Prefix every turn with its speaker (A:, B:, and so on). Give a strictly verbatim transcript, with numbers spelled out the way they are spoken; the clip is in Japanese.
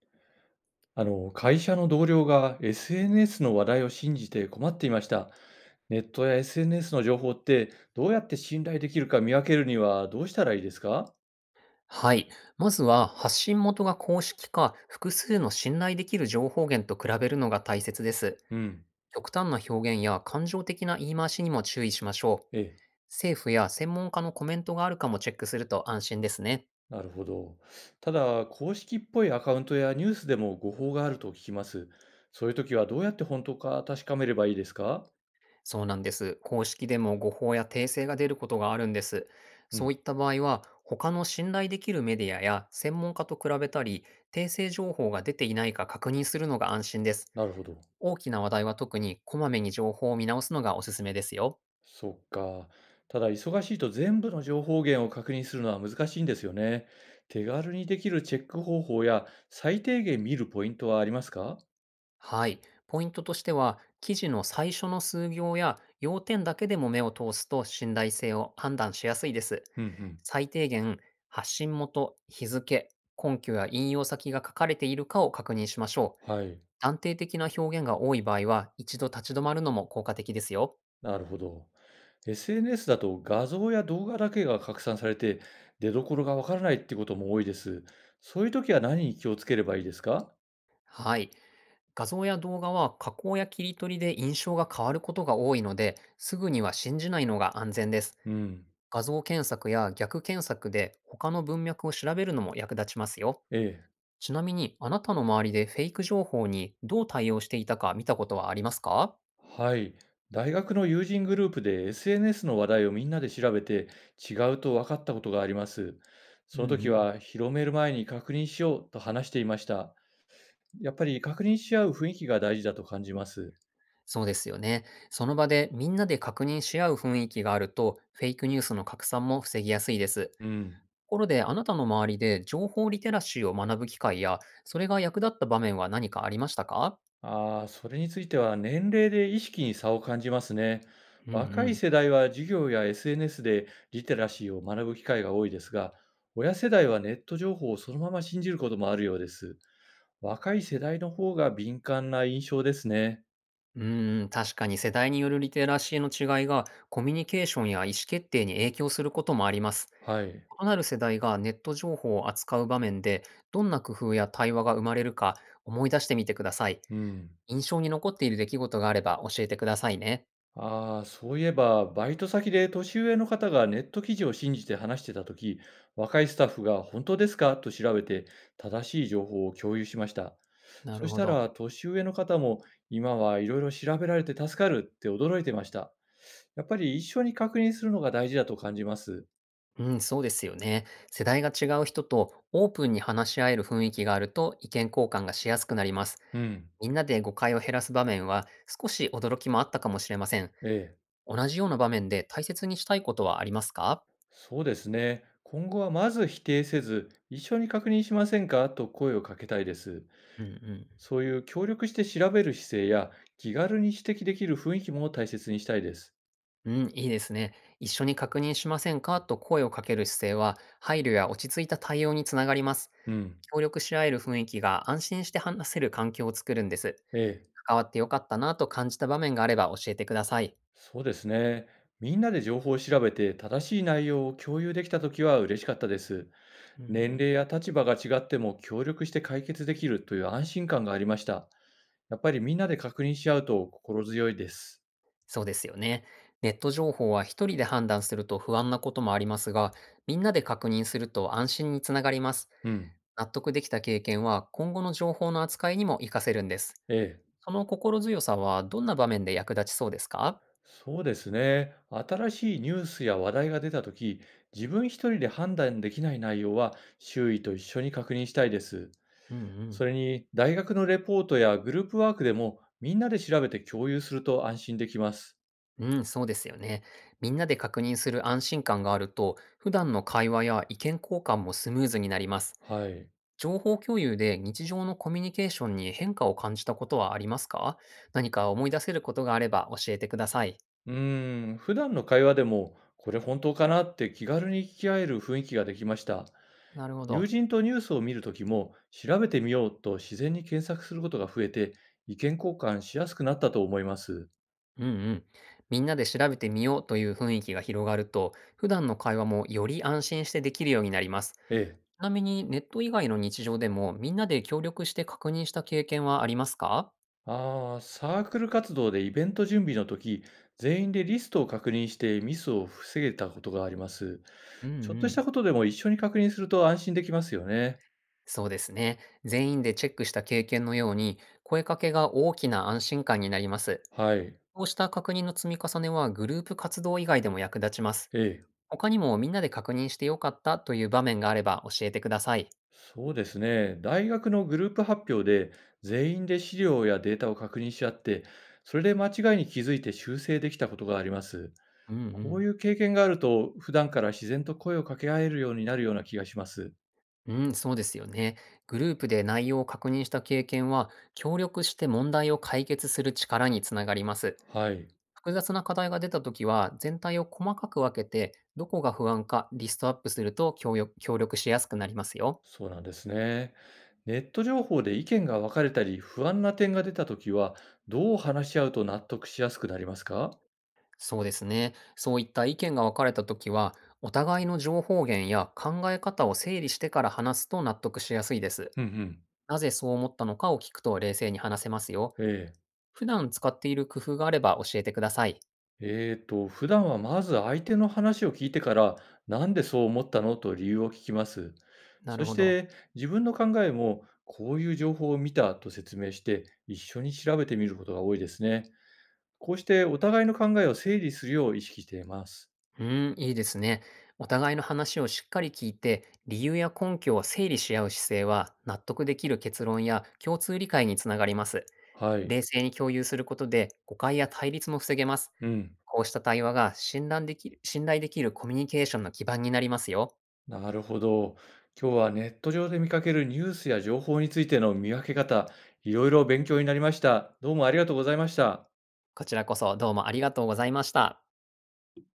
A: あの、会社の同僚が エスエヌエス の話題を信じて困っていました。ネットや エスエヌエス の情報ってどうやって信頼できるか見分けるにはどうしたらいいですか？
B: はい。まずは、発信元が公式か、複数の信頼できる情報源と比べるのが大切です。
A: うん、
B: 極端な表現や感情的な言い回しにも注意しましょ
A: え
B: う。
A: え、
B: 政府や専門家のコメントがあるかもチェックすると安心ですね。
A: なるほど。ただ、公式っぽいアカウントやニュースでも誤報があると聞きます。そういう時はどうやって本当か確かめればいいですか？
B: そうなんです。公式でも誤報や訂正が出ることがあるんです。
A: う
B: そ
A: ん。
B: ういった場合は、他の信頼できるメディアや専門家と比べたり、訂正情報が出ていないか確認するのが安心です。
A: なるほど。
B: 大きな話題は特にこまめに情報を見直すのがおすすめですよ。
A: そっか。ただ忙しいと全部の情報源を確認するのは難しいんですよね。手軽にできるチェック方法や最低限見るポイントはありますか？
B: はい。ポイントとしては、記事の最初の数行や要点だけでも目を通すと信頼性を判断しやすいです。
A: うんうん。
B: 最低限、発信元、日付、根拠や引用先が書かれているかを確認しましょう。
A: はい。
B: 断定的な表現が多い場合は、一度立ち止まるのも効果的ですよ。
A: なるほど。エスエヌエス だと画像や動画だけが拡散されて出どころがわからないってことも多いです。そういう時は何に気をつければいいですか？
B: はい。画像や動画は加工や切り取りで印象が変わることが多いので、すぐには信じないのが安全です。
A: うん。
B: 画像検索や逆検索で他の文脈を調べるのも役立ちますよ。
A: ええ。
B: ちなみに、あなたの周りでフェイク情報にどう対応していたか見たことはありますか？
A: はい。大学の友人グループで エスエヌエス の話題をみんなで調べて違うと分かったことがあります。
B: う
A: その
B: んう
A: 時
B: ん。
A: は広める前に確認しようと話していました。やっぱり確認し合う雰囲気が大事だと感じます。
B: そうですよね。その場でみんなで確認し合う雰囲気があると、フェイクニュースの拡散も防ぎやすいです。と
A: うん。
B: ころで、あなたの周りで情報リテラシーを学ぶ機会や、それが役立った場面は何かありましたか？
A: ああ、それについては年齢で意識に差を感じますね。
B: うんう
A: 若い
B: ん。
A: 世代は授業や エスエヌエス でリテラシーを学ぶ機会が多いですが、親世代はネット情報をそのまま信じることもあるようです。若い世代の方が敏感な印象ですね。
B: うーん、確かに世代によるリテラシーの違いがコミュニケーションや意思決定に影響することもあります。
A: はい。
B: 異なる世代がネット情報を扱う場面でどんな工夫や対話が生まれるか思い出してみてください。
A: うん。
B: 印象に残っている出来事があれば教えてくださいね。
A: ああ、そういえば、バイト先で年上の方がネット記事を信じて話してたとき、若いスタッフが本当ですかと調べて、正しい情報を共有しました。
B: な
A: そ
B: る
A: し
B: ほ
A: た
B: ど。
A: ら、年上の方も、今はいろいろ調べられて助かるって驚いてました。やっぱり一緒に確認するのが大事だと感じます。
B: うん、そうですよね。世代が違う人とオープンに話し合える雰囲気があると意見交換がしやすくなります。
A: うん。
B: みんなで誤解を減らす場面は少し驚きもあったかもしれません。
A: ええ。
B: 同じような場面で大切にしたいことはありますか？
A: そうですね。今後はまず否定せず、一緒に確認しませんかと声をかけたいです。
B: うんうん。
A: そういう協力して調べる姿勢や気軽に指摘できる雰囲気も大切にしたいです。
B: うん、いいですね。一緒に確認しませんかと声をかける姿勢は、配慮や落ち着いた対応につながります。
A: うん。
B: 協力し合える雰囲気が安心して話せる環境を作るんです。
A: ええ。
B: 関わってよかったなと感じた場面があれば教えてください。
A: そうですね。みんなで情報を調べて正しい内容を共有できたときは嬉しかったです。
B: うんう
A: 年
B: ん。
A: 齢や立場が違っても協力して解決できるという安心感がありました。やっぱりみんなで確認し合うと心強いです。
B: そうですよね。ネット情報は一人で判断すると不安なこともありますが、みんなで確認すると安心につながります。
A: うん。
B: 納得できた経験は今後の情報の扱いにも活かせるんです。
A: ええ。
B: その心強さはどんな場面で役立ちそうですか？
A: そうですね。新しいニュースや話題が出たとき、自分一人で判断できない内容は周囲と一緒に確認したいです。
B: うんう
A: そ
B: ん。
A: れに、大学のレポートやグループワークでもみんなで調べて共有すると安心できます。
B: うん、そうですよね。みんなで確認する安心感があると、普段の会話や意見交換もスムーズになります。
A: はい。
B: 情報共有で日常のコミュニケーションに変化を感じたことはありますか？何か思い出せることがあれば教えてください。
A: うーん、普段の会話でも、これ本当かなって気軽に聞き合える雰囲気ができました。
B: なるほ
A: 友
B: ど。
A: 人とニュースを見るときも、調べてみようと自然に検索することが増えて、意見交換しやすくなったと思います。
B: うんうん。みんなで調べてみようという雰囲気が広がると、普段の会話もより安心してできるようになります。
A: ええ。
B: ちなみにネット以外の日常でもみんなで協力して確認した経験はありますか？
A: ああ、サークル活動でイベント準備の時、全員でリストを確認してミスを防げたことがあります。
B: うん
A: ちょっ
B: う
A: とした
B: ん。
A: ことでも一緒に確認すると安心できますよね。
B: そうですね。全員でチェックした経験のように、声かけが大きな安心感になります。
A: はい。
B: こうした確認の積み重ねはグループ活動以外でも役立ちます。
A: ええ。
B: 他にもみんなで確認してよかったという場面があれば教えてください。
A: そうですね。大学のグループ発表で全員で資料やデータを確認し合って、それで間違いに気づいて修正できたことがあります。
B: うんう
A: こう
B: ん。
A: いう経験があると、普段から自然と声を掛け合えるようになるような気がします。
B: うん、そうですよね。グループで内容を確認した経験は、協力して問題を解決する力につながります。
A: はい。
B: 複雑な課題が出たときは、全体を細かく分けて、どこが不安かリストアップすると協力協力しやすくなりますよ。
A: そうなんですね。ネット情報で意見が分かれたり、不安な点が出たときは、どう話し合うと納得しやすくなりますか？
B: そうですね。そういった意見が分かれたときは、お互いの情報源や考え方を整理してから話すと納得しやすいです。
A: うんうん。
B: なぜそう思ったのかを聞くと冷静に話せますよ。
A: ええ。
B: 普段使っている工夫があれば教えてください。
A: えーと、普段はまず相手の話を聞いてから、なんでそう思ったのと理由を聞きます。
B: な
A: そ
B: る
A: し
B: ほど。
A: て、自分の考えも、こういう情報を見たと説明して、一緒に調べてみることが多いですね。こうして、お互いの考えを整理するよう意識しています。
B: うーん、いいですね。お互いの話をしっかり聞いて、理由や根拠を整理し合う姿勢は、納得できる結論や共通理解につながります。
A: はい。
B: 冷静に共有することで、誤解や対立も防げます。
A: うん。
B: こうした対話が信頼できる、信頼できるコミュニケーションの基盤になりますよ。
A: なるほど。今日はネット上で見かけるニュースや情報についての見分け方、いろいろ勉強になりました。どうもありがとうございました。
B: こちらこそどうもありがとうございました。